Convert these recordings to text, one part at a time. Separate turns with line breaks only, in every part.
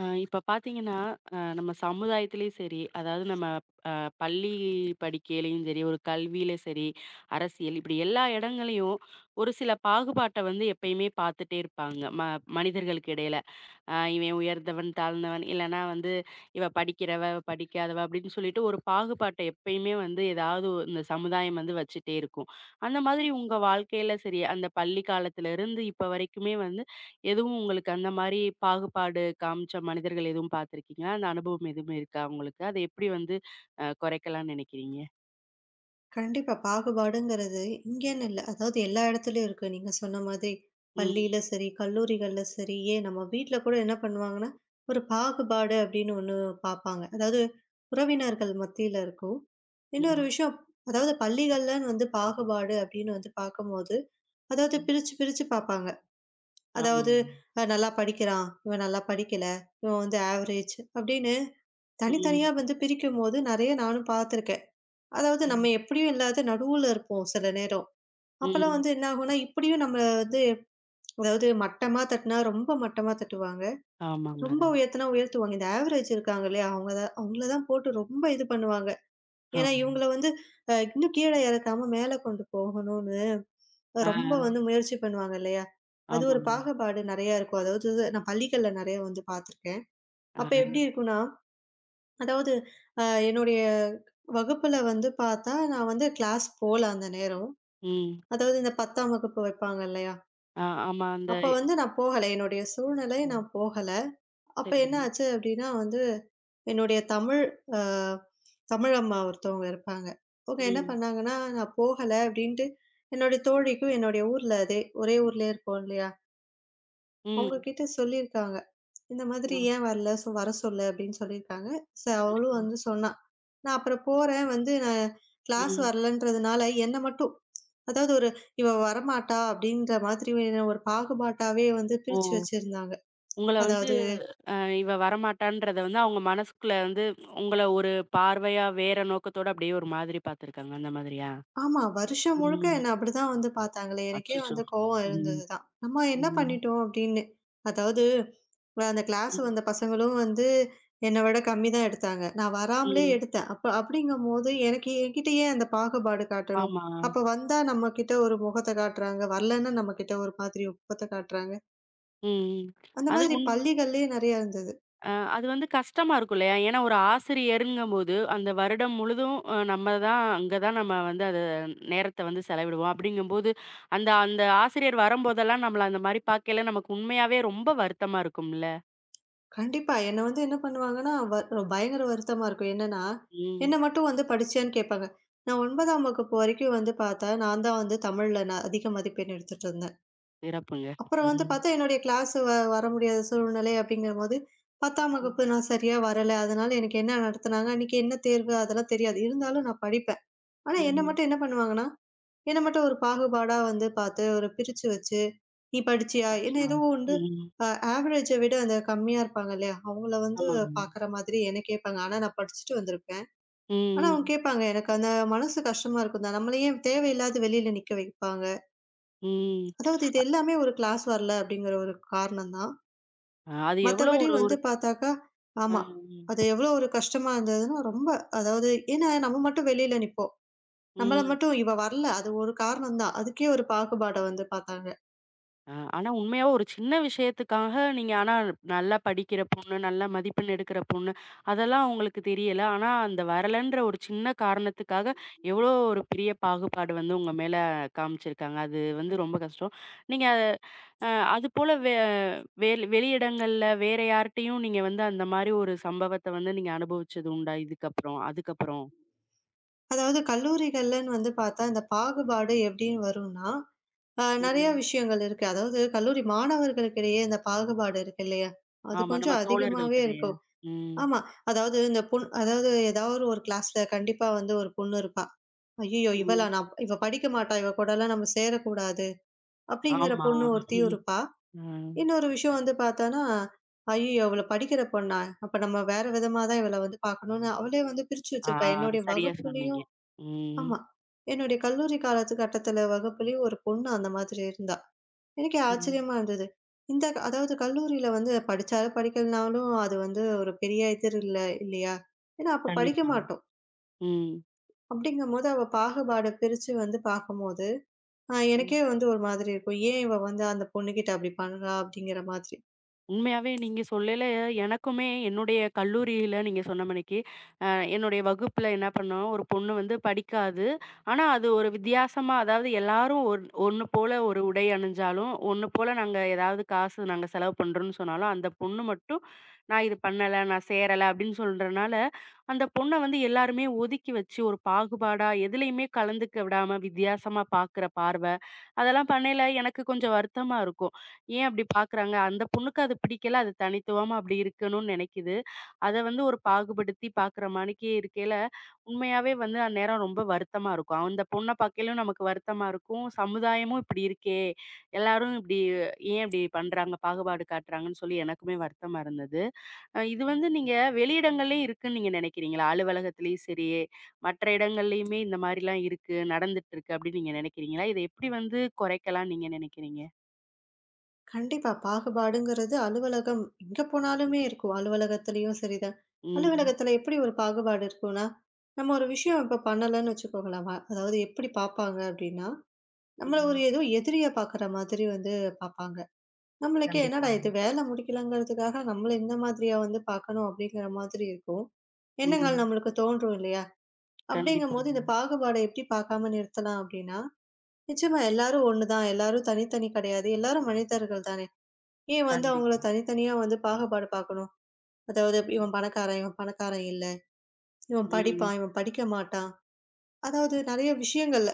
இப்ப பார்த்தீங்கன்னா, நம்ம சமுதாயத்திலயும் சரி, அதாவது நம்ம அ பள்ளி படிக்கையிலயும் சரி, ஒரு கல்வியில சரி, அரசியல் இப்படி எல்லா இடங்களையும் ஒரு சில பாகுபாட்ட வந்து எப்பயுமே பார்த்துட்டே இருப்பாங்க. மனிதர்களுக்கு இடையில. இவன் உயர்ந்தவன், தாழ்ந்தவன் இல்லன்னா வந்து இவ படிக்கிறவ, இவ படிக்காதவ அப்படின்னு சொல்லிட்டு ஒரு பாகுபாட்ட எப்பயுமே வந்து இந்த சமுதாயம் வந்து வச்சுட்டே இருக்கும். அந்த மாதிரி உங்க வாழ்க்கையில சரி, அந்த பள்ளி காலத்துல இருந்து இப்ப வரைக்குமே வந்து எதுவும் உங்களுக்கு அந்த மாரி பாகுபாடு காமிச்ச மனிதர்கள் எதுவும் பார்த்துருக்கீங்களா? அந்த அனுபவம் எதுவும் இருக்கா உங்களுக்கு? அத எப்படி வந்து குறைக்கலாம்னு நினைக்கிறீங்க?
கண்டிப்பா. பாகுபாடுங்கிறது இங்கேன்னு இல்ல. அதாவது எல்லா இடத்துலயும் இருக்கு. நீங்க சொன்ன மாதிரி
ம்,
பள்ளியில சரி, கல்லூரிகள்ல சரி, ஏன் நம்ம வீட்ல கூட என்ன பண்ணுவாங்கன்னா, ஒரு பாகுபாடு அப்படின்னு ஒண்ணு பார்ப்பாங்க. அதாவது உறவினர்கள் மத்தியில இருக்கும்.
ம்,
இன்னொரு விஷயம், அதாவது பள்ளிகள்லன்னு வந்து பாகுபாடு அப்படின்னு வந்து பார்க்கும்போது, அதாவது
ம்.
பிரிச்சு பிரிச்சு பார்ப்பாங்க. அதாவது
ஆமாங்க.
நல்லா படிக்கிறான், இவன் நல்லா படிக்கல, இவன் வந்து ஆவரேஜ் அப்படின்னு தனித்தனியா
ம்,
வந்து பிரிக்கும்போது நெறைய நானும் பார்த்துருக்கேன். அதாவது
ம்,
நம்ம எப்படியும் இல்லாத நடுவுல இருப்போம் சில நேரம். அப்பலாம்
ம்.
வந்து என்ன ஆகும்னா, இப்படியும் நம்மள வந்து அதாவது மட்டமா தட்டுனா ரொம்ப மட்டமா தட்டுவாங்க.
ஆமாங்க.
ரொம்ப உயர்த்துனா உயர்த்துவாங்க. இந்த ஆவரேஜ் இருக்காங்க இல்லையா? அவங்க தான் அவங்கள தான் போட்டு ரொம்ப இது பண்ணுவாங்க. ஏன்னா
ஆமா.
இவங்கள வந்து இன்னும் கீழ இறக்காம மேல கொண்டு போகணும்னு
ஆ,
ரொம்ப வந்து முயற்சி பண்ணுவாங்க இல்லையா? அது ஒரு
ஆமாங்க.
பாகுபாடு நெறையா இருக்கும். அதாவது இது நான் பள்ளிகள்ல நெறையா வந்து பார்த்துருக்கேன்.
ஆ.
அப்ப எப்படி இருக்கும்னா, அதாவது அ என்னுடைய வகுப்புல வந்து பார்த்தா, நான் வந்து கிளாஸ் போல அந்த நேரம்.
ம்.
அதாவது இந்த 10ஆம் வகுப்பு வைப்பாங்க இல்லையா?
ஆ, ஆமா. அந்த
அப்ப வந்து நான் போகல. என்னுடைய சூழ்நிலை
ம்.
நான் போகல. அப்ப என்ன
சரிங்க.
ஆச்சு அப்டின்னா வந்து, என்னுடைய தமிழ் அ தமிழ் அம்மா ஒருத்தவங்க இருப்பாங்க. அவங்க என்ன
ம்.
பண்ணாங்கன்னா, நான் போகல அப்டின்ட்டு என்னுடைய தோழிக்கும், என்னுடைய ஊர்ல அதே ஒரே ஊர்லயே இருப்போம் இல்லையா? அவங்க
ம்.
கிட்ட சொல்லியிருக்காங்க. இந்த மாதிரி
ம்.
"ஏன் வரல? வர சொல்லு" அப்படின்னு சொல்லியிருக்காங்க. சோ அவளும்
சரிங்க.
வந்து சொன்னா. நான் அப்புறம் போறேன் வந்து நான் கிளாஸ்
ம்.
வரலன்றதுனால என்ன மட்டும், அதாவது ஒரு இவ வரமாட்டா அப்படின்ற மாதிரி ஒரு பாகுபாட்டாவே வந்து
ஓ!
பிரிச்சு வச்சிருந்தாங்க.
உங்கள வந்து
அதாவது
அ இவ வரமாட்டான்றத வந்து அவங்க மனசுக்குள்ள வந்து உங்கள ஒரு பார்வையா வேற நோக்கத்தோட அப்படியே ஒரு மாதிரி பார்த்துருக்காங்க. அந்த மாதிரியா?
ஆமா. வருஷம் முழுக்க
ம்.
என்ன அப்படிதான் வந்து பார்த்தாங்களே! எனக்கே
அச்சச்சோ!
வந்து கோவம்
ம்.
இருந்தது தான். நம்ம என்ன
ம்.
பண்ணிட்டோம் அப்படின்னு. அதாவது அந்த கிளாஸ்
ம்.
வந்த பசங்களும் வந்து என்ன விட கம்மி தான் எடுத்தாங்க. நான் வராமலே
ம்.
எடுத்தேன். அப்ப அப்படிங்கும்போது எனக்கு என்கிட்ட ஏன் அந்த பாகுபாடு காட்டணும்?
ஆமா.
அப்ப வந்தா நம்ம கிட்ட ஒரு முகத்த காட்டுறாங்க. வரலன்னா நம்ம கிட்ட ஒரு மாதிரி முகத்த காட்டுறாங்க.
ம்.
அந்த
அது
மாதிரி பள்ளிகள்லயே நெறைய இருந்தது.
அது வந்து கஷ்டமா இருக்கும் இல்லையா? ஏன்னா ஒரு ஆசிரியருங்கும்போது, அந்த வருடம் முழுதும் நம்ம தான் அங்க தான் நம்ம வந்து அத நேரத்த வந்து செலவிடுவோம். அப்படிங்கும்போது, அந்த அந்த ஆசிரியர் வரும்போதெல்லாம் நம்மள அந்த மாரி பார்க்கையில நமக்கு உண்மையாவே ரொம்ப வருத்தமா இருக்கும்ல.
கண்டிப்பா என்ன வந்து என்ன பண்ணுவாங்கன்னா, பயங்கர வருத்தமா இருக்கும். என்னன்னா, என்ன
ம்.
மட்டும் வந்து படிச்சியான்னு கேட்பாங்க. நான் 9ஆம் வகுப்பு வரைக்கும் வந்து பார்த்தா, நான் தான் வந்து தமிழ்ல நான் அதிக மதிப்பெண் எடுத்துட்டு இருந்தேன்.
சிறப்புங்க.
அப்புறம் வந்து
ம்.
பார்த்தா, என்னுடைய கிளாஸ் வர முடியாத சூழ்நிலை அப்படிங்கும்போது, 10ஆம்
ம்.
வகுப்பு நான் சரியா வரல. அதனால எனக்கு என்ன நடத்துனாங்க, அன்னைக்கு என்ன தேர்வு அதெல்லாம் தெரியாது. இருந்தாலும் நான் படிப்பேன். ஆனா என்ன
ம்.
மட்டும் என்ன பண்ணுவாங்கன்னா, என்ன மட்டும் ஒரு பாகுபாடா வந்து பார்த்து, ஒரு பிரிச்சு வச்சு, "நீ படிச்சியா?" என்ன
அச்சோ!
ஏதோ உண்டு
ம்.
அ ஆவரேஜ விட அந்த கம்மியா இருப்பாங்க இல்லையா? அவங்கள வந்து
ஆமாங்க.
பார்க்குற மாதிரி என்ன கேட்பாங்க. ஆனா நான் படிச்சுட்டு வந்திருப்பேன். ஆனா அவங்க
ம்.
கேட்பாங்க. எனக்கு அந்த மனசு கஷ்டமா இருக்கும் தான். நம்மள ஏன் தேவையில்லாத வெளியில நிக்க வைப்பாங்க.
ம். ம்.
அதாவது இது எல்லாமே ஒரு கிளாஸ் வரல அப்படிங்கிற ஒரு காரணம் தான்.
அது எவ்வளோ
மத்தபடி
ஒரு ஒரு
வந்து பார்த்தாக்கா,
அ.
ஆமா. அது எவ்ளோ ஒரு கஷ்டமா இருந்ததுன்னா, ரொம்ப அதாவது ஏன்னா நம்ம மட்டும் வெளியில நிப்போம். நம்மள
ம்.
மட்டும் இவ வரல. அது ஒரு காரணம் தான். அதுக்கே ஒரு பாகுபாட வந்து பார்த்தாங்க.
அ, ஆனா உண்மையாவே ஒரு சின்ன விஷயத்துக்காக நீங்க ஆனா நல்லா படிக்கிற பொண்ணு, நல்ல மதிப்பெண் எடுக்கிற பொண்ணு, அதெல்லாம் உங்களுக்கு தெரியல. ஆனா அந்த வரலன்ற ஒரு சின்ன காரணத்துக்காக எவ்வளோ ஒரு பெரிய பாகுபாடு வந்து உங்க மேல காமிச்சிருக்காங்க. அது வந்து ரொம்ப கஷ்டம். நீங்க அத- அ அதுபோல வெ வெளி வெளியிடங்கள்ல வேற யார்ட்டயும் நீங்க வந்து அந்த மாரி ஒரு சம்பவத்த வந்து நீங்க அனுபவிச்சது உண்டா? இதுக்கப்புறம், அதுக்கப்புறம்?
அதாவது கல்லூரிகள்லன்னு வந்து பார்த்தா, இந்த பாகுபாடு எப்படின்னு வரும்னா, நெறைய
ம்.
விஷயங்கள் இருக்கு. அதாவது கல்லூரி மாணவர்களுக்கிடையே இந்த பாகுபாடு இருக்கு இல்லையா? அது
ஆமா. நம்ம
கொஞ்சம்
தோழர்கள்
அதிகமாவே
கிடையா?
இருக்கும்.
ம்.
ஆமா. அதாவது இந்த அதாவது ஏதாவது ஒரு கிளாஸ்ல கண்டிப்பா வந்து ஒரு பொண்ணு இருப்பா. "ஐய்யய்யோ! இவளா?
ம்.
நான் இவ படிக்க மாட்டா. இவ கூடலாம் நம்ம சேரக்கூடாது." அப்படிங்கிற
ஆமா.
பொண்ணு ஒருத்தியும்
ம்.
இருப்பா.
அ.
இன்னொரு விஷயம் வந்து பாத்தோம்னா, "ஐயய்யோ! இவள படிக்கிற பொண்ணா? அப்ப நம்ம வேற விதமா தான் இவள வந்து பாக்கணும்னு" அவளே வந்து பிரிச்சு
ஆ,
வச்சிருப்பா. என்னுடைய
சரியா சொன்னீங்க.
வகுப்புலயும்
ம்.
ஆமா. என்னுடைய கல்லூரி காலத்து கட்டத்துல வகுப்புலயும் ஒரு பொண்ணு அந்த மாதிரி இருந்தா. எனக்கே
ம்.
ஆச்சரியமா இருந்தது. இந்த அதாவது கல்லூரியில வந்து படிச்சாலும் படிக்கலனாலும் அது வந்து ஒரு பெரிய இது இல்ல இல்லையா? ஏன்னா அப்ப படிக்க
கண்டிப்பா.
மாட்டோம்.
ம்.
அப்படிங்கும்போது அவ பாகுபாட பிரிச்சு வந்து பாக்கும்போது,
ம்.
எனக்கே வந்து ஒரு மாதிரி இருக்கும். "ஏன் இவ வந்து அந்த பொண்ணுகிட்ட அப்படி பண்றா?" அப்படிங்கிற மாதிரி.
உண்மையாவே நீங்க சொல்லயில எனக்குமே என்னுடைய கல்லூரியில நீங்க சொன்ன மணிக்கு, அ என்னுடைய வகுப்புல என்ன பண்ணோம், ஒரு பொண்ணு வந்து படிக்காது. ஆனா அது ஒரு வித்தியாசமா அதாவது எல்லாரும் ஒண்ணு போல ஒரு உடை அணிஞ்சாலும், ஒண்ணு போல நாங்க ஏதாவது காசு நாங்க செலவு பண்றோம்ன்னு சொன்னாலும், அந்த பொண்ணு மட்டும் "நான் இது பண்ணல, நான் சேரல" அப்படின்னு சொல்றனால, அந்த பொண்ண வந்து எல்லாருமே ஒதுக்கி வச்சு ஒரு பாகுபாடா எதுலயுமே கலந்துக்க விடாம வித்தியாசமா பார்க்குற பார்வை, அதெல்லாம் பண்ணயில எனக்கு கொஞ்சம் வருத்தமா இருக்கும். ஏன் அப்படி பார்க்குறாங்க? அந்த பொண்ணுக்கு அது பிடிக்கல. அது தனித்துவமா அப்படி இருக்கணும்னு நினைக்குது. அத வந்து ஒரு பாகுபடுத்தி பார்க்குற மாணிக்கி இருக்கையில, உண்மையாவே வந்து அந்நேரம் ரொம்ப வருத்தமா இருக்கும். அந்த பொண்ண பார்க்கையிலும் நமக்கு வருத்தமா இருக்கும். சமுதாயமும் இப்படி இருக்கே! எல்லாரும் இப்படி ஏன் இப்படி பண்றாங்க? பாகுபாடு காட்டுறாங்கன்னு சொல்லி எனக்குமே வருத்தமா இருந்தது. இது வந்து நீங்க வெளியிடங்கள்லயும் இருக்குன்னு நீங்க நினைக்கிறீங்களா? அலுவலகத்திலயும் சரி, மற்ற இடங்கள்லயுமே இந்த மாரிலாம் இருக்கு, நடந்துட்டு இருக்கு அப்படின்னு நீங்க நினைக்கிறீங்களா? இத எப்படி வந்து குறைக்கலாம்ன்னு நீங்க நினைக்கிறீங்க?
கண்டிப்பா. பாகுபாடுங்கிறது அலுவலகம் எங்க போனாலுமே இருக்கும். அலுவலகத்திலயும் சரிதான்.
ம்.
அலுவலகத்தில எப்படி ஒரு பாகுபாடு இருக்கும்னா, நம்ம ஒரு விஷயம் இப்ப பண்ணலன்னு வச்சுக்கோங்களேன். அதாவது எப்படி பார்ப்பாங்க அப்படின்னா, நம்மள ஒரு
ம்.
ஏதோ எதிரிய பார்க்குற மாதிரி வந்து பார்ப்பாங்க. நம்மளுக்கே என்னடா
கண்டிப்பாங்க.
இது வேலை முடிக்கலங்கிறதுக்காக நம்மள இந்த மாதிரியா வந்து பார்க்கணும் அப்படிங்கிற மாதிரி இருக்கும். எண்ணங்கள்
ம்.
நம்மளுக்கு தோன்றும் இல்லையா? அப்படிங்கும்போது
கண்டிப்பாங்க.
இந்த பாகுபாட எப்படி பார்க்காம நிறுத்தலாம் அப்படின்னா, நிச்சயமா எல்லாரும் ஒண்ணுதான். எல்லாரும் தனித்தனி கிடையாது. எல்லாரும் மனிதர்கள் தானே! ஏன் வந்து அவங்கள
கண்டிப்பா.
தனித்தனியா வந்து பாகுபாடு பார்க்கணும்? அதாவது
ம்.
இவன் பணக்காரன், இவன் பணக்காரன் இல்ல. இவன்
ம்.
படிப்பான், இவன் படிக்க மாட்டான். அதாவது நெறைய விஷயங்கள்ல.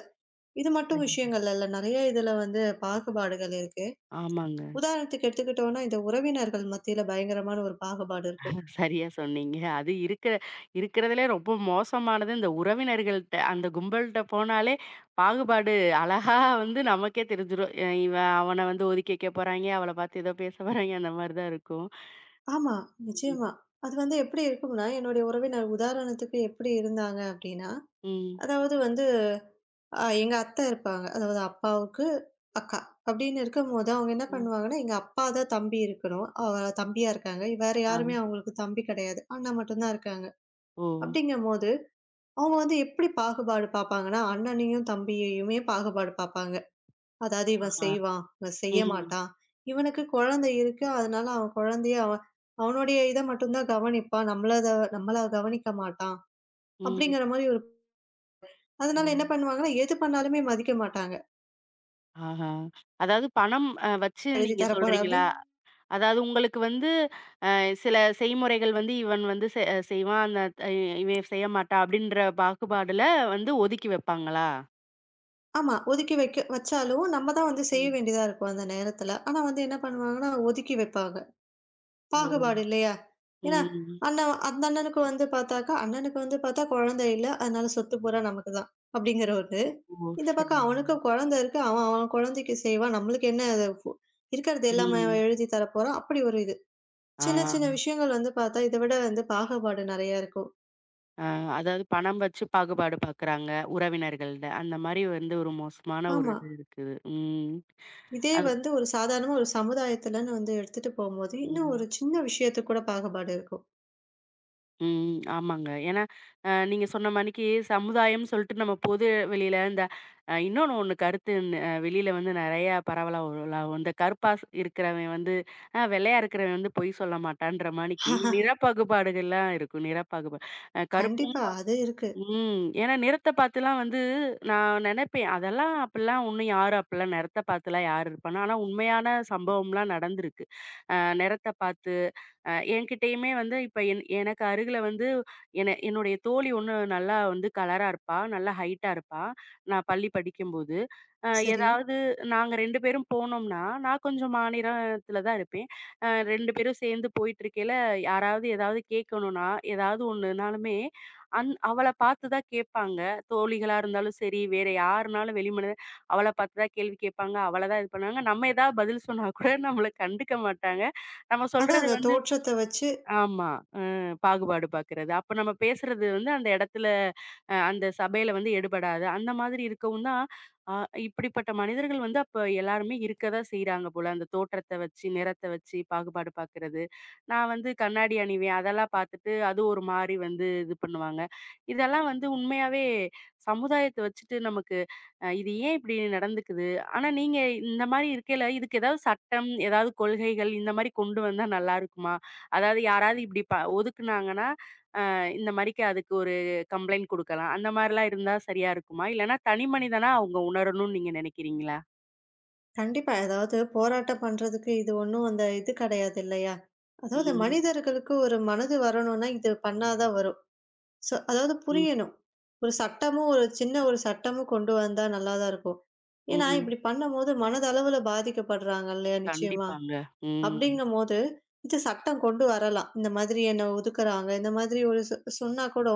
இது மட்டும்
கண்டிப்பா.
விஷயங்கள்ல இல்ல. நெறைய இதுல வந்து பாகுபாடுகள் இருக்கு.
ஆமாங்க.
உதாரணத்துக்கு எடுத்துக்கிட்டோம்னா, இந்த உறவினர்கள் மத்தியில பயங்கரமான ஒரு பாகுபாடு இருக்கும்.
சரியா சொன்னீங்க. அது இருக்கிற இருக்கிறதுலே ரொம்ப மோசமானது இந்த உறவினர்கள்ட்ட, அந்த கும்பல்ட்ட போனாலே பாகுபாடு அழகா வந்து நமக்கே தெரிஞ்சிரும். இவன் அவன வந்து ஒதுக்கி வைக்க போறாய்ங்க, அவள பார்த்து ஏதோ பேச போறாய்ங்க அந்த மாரி தான் இருக்கும்.
ஆமா, நிச்சயமா.
ம்.
அது வந்து எப்படி இருக்கும்னா, என்னுடைய உறவினர் உதாரணத்துக்கு எப்படி இருந்தாங்க அப்படின்னா,
ம்.
அதாவது வந்து எங்க அத்தை இருப்பாங்க. அதாவது அப்பாவுக்கு அக்கா. அப்படின்னு இருக்கும்போது, அவங்க என்ன
ம்.
பண்ணுவாங்கன்னா, எங்க அப்பா தான் தம்பி இருக்கணும். அவ தம்பியா இருக்காங்க. வேற
ஆ.
யாருமே அவங்களுக்கு தம்பி கிடையாது. அண்ணா மட்டும் தான் இருக்காங்க.
ஓ!
அப்படிங்கும்போது, அவங்க வந்து எப்படி பாகுபாடு பார்ப்பாங்கன்னா, அண்ணனையும் தம்பியையுமே பாகுபாடு பார்ப்பாங்க. அதாவது இவன்
ஆஹா!
செய்வான், இவன் செய்ய
ம்.
மாட்டான். இவனுக்கு குழந்தை இருக்கு. அதனால அவன் குழந்தைய அவனுடைய இத மட்டும் தான் கவனிப்பான். நம்மள கவனிக்க மாட்டான்.
ம்.
அப்படிங்கிற மாரி ஒரு
ஓ!
அதனால என்ன பண்ணுவாங்கன்னா, எது பண்ணாலுமே மதிக்க மாட்டாங்க.
ஆஹா! அதாவது பணம் வச்சு
எழுதி
நீங்க
தரப்போறேன் அப்படி
சொல்றீங்களா? அதாவது உங்களுக்கு வந்து சில செய்முறைகள் வந்து இவன் வந்து செ செய்வான். அந்த அ இவன் செய்ய மாட்டான் அப்படின்ற பாகுபாடுல வந்து ஒதுக்கி வைப்பாங்களா?
ஆமா. ஒதுக்கி வைக்க வச்சாலும், நம்ம தான் வந்து செய்ய
ம்.
வேண்டியதா இருக்கும் அந்த நேரத்துல. ஆனா வந்து என்ன பண்ணுவாங்கன்னா, ஒதுக்கி வைப்பாங்க.
ஓ!
பாகுபாடு இல்லையா? ஏன்னா,
ம்.
அண்ணன் அந்த அண்ணனுக்கு வந்து பார்த்தாக்கா, அண்ணனுக்கு வந்து பார்த்தா குழந்தை இல்ல. அதனால சொத்து பூரா நமக்கு தான். அப்படிங்கிறவரு,
ஓ!
இந்த
சரி.
பக்கம் அவனுக்கும் குழந்தை இருக்கு. அவன் அவன் குழந்தைக்கு செய்வான். நம்மளுக்கு என்ன அது இருக்கிறது எல்லாமே
ம்.
அவன் எழுதி தரப்போறான். அப்படி ஒரு இது.
ஆ,
சின்ன சின்ன விஷயங்கள் வந்து பார்த்தா, இத விட வந்து பாகுபாடு நெறைய இருக்கும்.
ஆ. அதாவது பணம் வச்சு பாகுபாடு பார்க்குறாங்க உறவினர்கள்ட. அந்த மாரி வந்து ஒரு மோசமான ஒரு
ஆமா.
இது இருக்குது. ம்.
இதே
அது
வந்து ஒரு சாதாரணமா ஒரு சமுதாயத்துலன்னு வந்து எடுத்துட்டு போம்போது, இன்னும்
ம்.
ஒரு சின்ன விஷயத்துக்கு கூட பாகுபாடு இருக்கும்.
ம். ஆமாங்க. ஏன்னா, நீங்க சொன்ன மாணிக்கு சமுதாயம்னு சொல்லிட்டு நம்ம பொது வெளியில இந்த இன்னொன்னு கருத்து ந வெளியில வந்து நெறைய பரவலா உலவும். இந்த கருப்பா இருக்கிறவன் வந்து வெள்ளையா இருக்கிறவன் வந்து பொய் சொல்ல மாட்டான்ற மாணிக்கு நிறப்பாகுபாடுகள்லாம் இருக்கும். நிறப்பாகுபா அ கருப்பும்
கண்டிப்பா. அது இருக்கு.
ம். ஏன்னா நிறத்த பார்த்துலாம் வந்து நான் நெனைப்பேன். அதெல்லாம் அப்படிலாம் ஒண்ணும் யாரும் அப்படிலாம் நிறத்த பார்த்துலாம் யார் இருப்பானா? ஆனா உண்மையான சம்பவம்லாம் நடந்திருக்கு. நிறத்த பார்த்து என்கிட்டயுமே வந்து இப்ப எனக்கு அருகில வந்து என்னுடைய தோழி ஒண்ணு நல்லா வந்து கலரா இருப்பா. நல்லா ஹைட்டா இருப்பா. நான் பள்ளி படிக்கும்போது. அ
சரி.
ஏதாவது நாங்க 2 பேரும் போனோம்னா, நான் கொஞ்சம் மாநிலத்தில தான் இருப்பேன். அ 2 பேரும் சேர்ந்து போயிட்டுருக்கையில, யாராவது ஏதாவது கேட்கணும்னா, ஏதாவது ஒண்ணுனாலுமே அவள பார்த்து தான் கேட்பாங்க. தோழிகளா இருந்தாலும் சரி, வேற யாருனாலும் வெளி மனித அவள பார்த்து தான் கேள்வி கேட்பாங்க. அவள தான் இது பண்ணுவாங்க. நம்ம ஏதாவது பதில் சொன்னா கூட நம்மள கண்டுக்க மாட்டாங்க. நம்ம
அதான்
சொல்றது
அந்த
வந்து
தோற்றத்த வச்சு
ஆமா. அ பாகுபாடு பாக்குறது. அப்ப நம்ம பேசுறது வந்து அந்த இடத்துல அந்த சபையில வந்து எடுபடாது. அந்த மாதிரி இருக்கவும் தான், அ இப்படிப்பட்ட மனிதர்கள் வந்து அப்ப எல்லாருமே இருக்க தான் செய்றாங்க போல. அந்த தோற்றத்த வச்சு, நிறத்த வச்சு பாகுபாடு பாக்குறது. நான் வந்து கண்ணாடி அணிவேன். அதெல்லாம் பாத்துட்டு அது ஒரு மாரி வந்து இது பண்ணுவாங்க. இதெல்லாம் வந்து உண்மையாவே சமுதாயத்த வச்சுட்டு நமக்கு இது ஏன் இப்படி நடந்துக்குது? ஆனா நீங்க இந்த மாரி இருக்கையில இதுக்கு ஏதாவது சட்டம், ஏதாவது கொள்கைகள் இந்த மாரி கொண்டு வந்தா நல்லா இருக்குமா? அதாவது யாராவது இப்படி ஒதுக்குனாங்கன்னா, இந்த மாரிக்கு அதுக்கு ஒரு கம்ப்ளைண்ட் குடுக்கலாம். அந்த மாரிலாம் இருந்தா சரியா இருக்குமா? இல்லன்னா தனி மனிதனா அவங்க உணரணும்னு நீங்க நினைக்கிறீங்களா?
கண்டிப்பா ஏதாவது போராட்டம் பண்றதுக்கு இது ஒண்ணும் அந்த இது கிடையாது இல்லையா? அதாவது
ம்.
மனிதர்களுக்கு ஒரு மனது வரணும்னா, இது பண்ணா தான் வரும். சோ அதாவது
ம்.
புரியணும். ஒரு சட்டமும் ஒரு சின்ன ஒரு சட்டமும் கொண்டு வந்தா நல்லா தான் இருக்கும். ஏன்னா,
ம்.
இப்படி பண்ணும்போது மனதளவுல பாதிக்கப்படுறாங்க இல்லையா? நிச்சயமா.
கண்டிப்பாங்க. ம்.
அப்படிங்கும்போது, இது சட்டம் கொண்டு வரலாம். இந்த மாதிரி என்ன ஒதுக்குறாங்க. இந்த மாதிரி ஒரு சொன்னா கூட,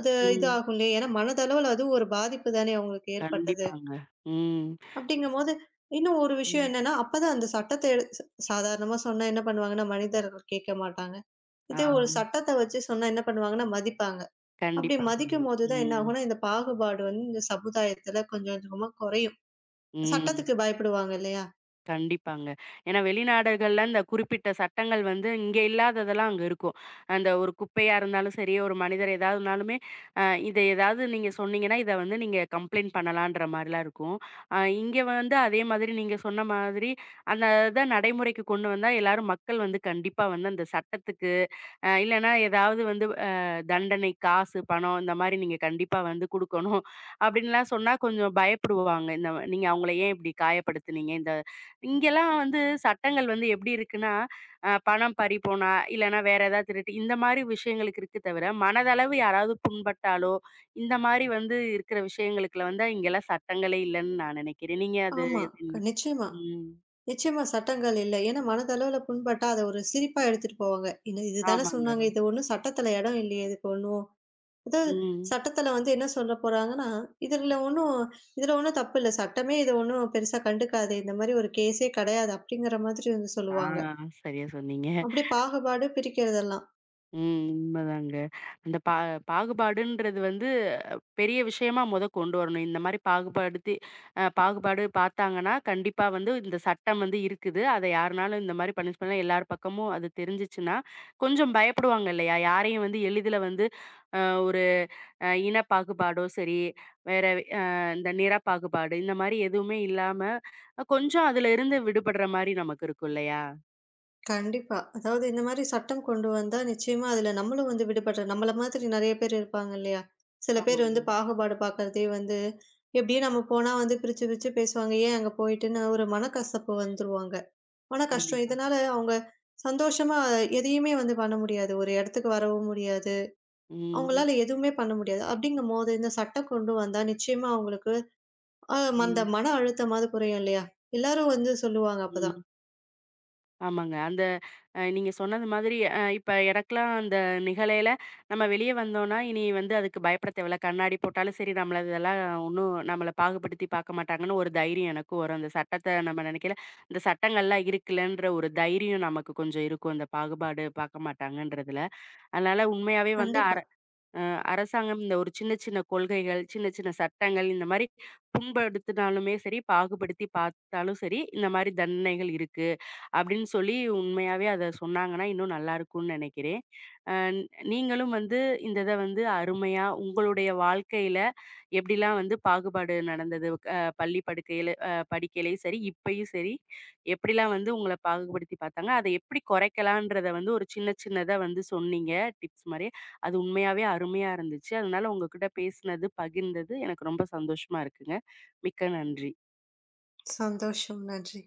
அது இது
ம்.
ஆகும் இல்லையா? ஏன்னா மனதளவுல அது ஒரு பாதிப்பு தானே அவங்களுக்கு ஏற்பட்டது.
கண்டிப்பாங்க. ம்.
அப்படிங்கும்போது, இன்னும் ஒரு விஷயம்
ம்.
என்னன்னா, அப்பதான் அந்த சட்டத்த எடு ச சாதாரணமா சொன்னா என்ன பண்ணுவாங்கன்னா, மனிதர்கள் கேட்க மாட்டாங்க.
ஆ.
இதே ஒரு சட்டத்த வச்சு சொன்னா என்ன பண்ணுவாங்கன்னா, மதிப்பாங்க. அப்படி
கண்டிப்பா. சொன்னீங்க.
மதிக்கும்போது தான் என்ன
ம்.
ஆகும்னா, இந்த பாகுபாடு வந்து இந்த சமுதாயத்துல கொஞ்சம் கொஞ்சமா குறையும்.
ம்.
சட்டத்துக்கு பயப்படுவாங்க இல்லையா?
கண்டிப்பாங்க. ஏன்னா வெளிநாடுகள்ல இந்த குறிப்பிட்ட சட்டங்கள் வந்து இங்க இல்லாததெல்லாம் அங்க இருக்கும். அந்த ஒரு குப்பையா இருந்தாலும் சரி, ஒரு மனிதர் ஏதாவதுனாலுமே, அ இத ஏதாவது நீங்க சொன்னீங்கன்னா, இத வந்து நீங்க கம்ப்ளைண்ட் பண்ணலான்ற மாரிலாம் இருக்கும். இங்க வந்து அதே மாதிரி நீங்க சொன்ன மாதிரி, அந்த இத நடைமுறைக்கு கொண்டு வந்தா எல்லாரும் மக்கள் வந்து கண்டிப்பா வந்து அந்த சட்டத்துக்கு, இல்லன்னா ஏதாவது வந்து தண்டனை, காசு, பணம் இந்த மாரி நீங்க கண்டிப்பா வந்து குடுக்கணும். அப்படின்லாம் சொன்னா கொஞ்சம் பயப்படுவாங்க. இந்த நீங்க அவங்கள ஏன் இப்படி காயப்படுத்துனீங்க? இந்த இங்கெல்லாம் வந்து சட்டங்கள் வந்து எப்படி இருக்குன்னா, பணம் பறிபோனா, இல்லன்னா வேற ஏதாவது திருட்டு, இந்த மாரி விஷயங்களுக்கு இருக்கு தவிர, மனதளவு யாராவது புண்பட்டாலோ, இந்த மாரி வந்து இருக்கிற விஷயங்களுக்குல வந்து இங்கெல்லாம் சட்டங்களே இல்லன்னு நான் நினைக்கிறேன். நீங்க அது
ஆமா.
எப்படி நினை
நிச்சயமா.
ம்.
நிச்சயமா சட்டங்கள் இல்ல. ஏன்னா மனதளவுல புண்பட்டா, அத ஒரு சிரிப்பா எடுத்துட்டு போவாங்க. இது இதுதானே
ஆமாங்க.
சொன்னாங்க. இது ஒண்ணும் சட்டத்துல இடம் இல்லையே! இதுக்கு ஒண்ணும் அதாவது
ம்.
சட்டத்துல வந்து என்ன சொல்ல போறாங்கன்னா, இதுல ஒண்ணும் இதுல ஒண்ணும் தப்பு இல்ல. சட்டமே இத ஒண்ணும் பெருசா கண்டுக்காது. இந்த மாரி ஒரு கேஸே கிடையாது. அப்படிங்கிற மாதிரி வந்து
ஆ
சொல்லுவாங்க.
சரியா சொன்னீங்க.
அப்படியே பாகுபாடு பிரிக்கிறதெல்லாம்.
ம். உண்மதாங்க. அந்த பா பாகுபாடுன்றது வந்து பெரிய விஷயமா மொத கொண்டு வரணும். இந்த மாரி பாகுபாடுத்தி பாகுபாடு பார்த்தாங்கன்னா, கண்டிப்பா வந்து இந்த சட்டம் வந்து இருக்குது. அத யாருனாலும் இந்த மாரி பனிஷ் பண்ணலாம். எல்லார் பக்கமும் அது தெரிஞ்சுச்சுன்னா, கொஞ்சம் பயப்படுவாங்க இல்லையா? யாரையும் வந்து எளிதில வந்து அ ஒரு இன பாகுபாடோ சரி, வேற அ இந்த நிற பாகுபாடு இந்த மாரி எதுவுமே இல்லாம, கொஞ்சம் அதுல இருந்து விடுபடுற மாரி நமக்கு இருக்கும் இல்லையா?
கண்டிப்பா. அதாவது இந்த மாரி சட்டம் கொண்டு வந்தா நிச்சயமா அதுல நம்மளும் வந்து விடுபட்ற நம்மள மாதிரி நெறைய பேர் இருப்பாங்க இல்லையா? சில பேர்
ஆமாங்க.
வந்து பாகுபாடு பார்க்கறதே வந்து, எப்படியே நம்ம போனா வந்து பிரிச்சு பிரிச்சு பேசுவாங்க. ஏன் அங்க போயிட்டுன்னு ஒரு மனக்கசப்பு வந்துருவாங்க. மன கஷ்டம்.
கண்டிப்பா.
இதனால அவங்க சந்தோஷமா எதையுமே வந்து பண்ண முடியாது. ஒரு இடத்துக்கு வரவும் முடியாது.
ம்.
அவங்களால எதுவுமே பண்ண முடியாது. அப்படிங்கும்போது இந்த சட்டம் கொண்டு வந்தா நிச்சயமா அவங்களுக்கு அ அந்த
ம்.
மன அழுத்தமாவது குறையும் இல்லையா? எல்லாரும் வந்து சொல்லுவாங்க அப்பதான்.
ம். ஆமாங்க. அந்த நீங்க சொன்னது மாதிரி இப்ப எனக்கெல்லாம் அந்த நிகழையில, நம்ம வெளிய வந்தோம்னா, இனி வந்து அதுக்கு பயப்பட தேவையில்ல. கண்ணாடி போட்டாலும் சரி, நம்மள இதெல்லாம் ஒண்ணும் நம்மள பாகுபடுத்தி பார்க்க மாட்டாங்கன்னு ஒரு தைரியம் எனக்கும் வரும். அந்த சட்டத்த நம்ம நெனைக்கையில, இந்த சட்டங்கள்லாம் இருக்குல்லன்ற ஒரு தைரியம் நமக்கு கொஞ்சம் இருக்கும். அந்த பாகுபாடு பார்க்க மாட்டாங்கன்றதுல. அதனால உண்மையாவே வந்து அர
கண்டிப்பா.
அ அரசாங்கம் இந்த ஒரு சின்ன சின்ன கொள்கைகள், சின்ன சின்ன சட்டங்கள் இந்த மாரி புண்படுத்தினாலுமே சரி, பாகுபடுத்தி பார்த்தாலும் சரி, இந்த மாரி தண்டனைகள் இருக்கு. அப்படின்னு சொல்லி உண்மையாவே அத சொன்னாங்கன்னா, இன்னும் நல்லா இருக்கும்னு நெனைக்கிறேன். அ நீங்களும் வந்து இந்த இத வந்து அருமையா உங்களுடைய வாழ்க்கையில எப்படிலாம் வந்து பாகுபாடு நடந்தது? பள்ளி படுக்கையில படிக்கையிலயும் சரி, இப்பயும் சரி, எப்படிலாம் வந்து உங்கள பாகுபடுத்தி பார்த்தாங்க? அத எப்படி குறைக்கலான்றத வந்து ஒரு சின்ன சின்னதா வந்து சொன்னீங்க, டிப்ஸ் மாரி. அது உண்மையாவே அருமையா இருந்துச்சு. அதனால உங்ககிட்ட பேசினது, பகிர்ந்தது எனக்கு ரொம்ப சந்தோஷமா இருக்குங்க. மிக்க நன்றி.
சந்தோஷம். நன்றி.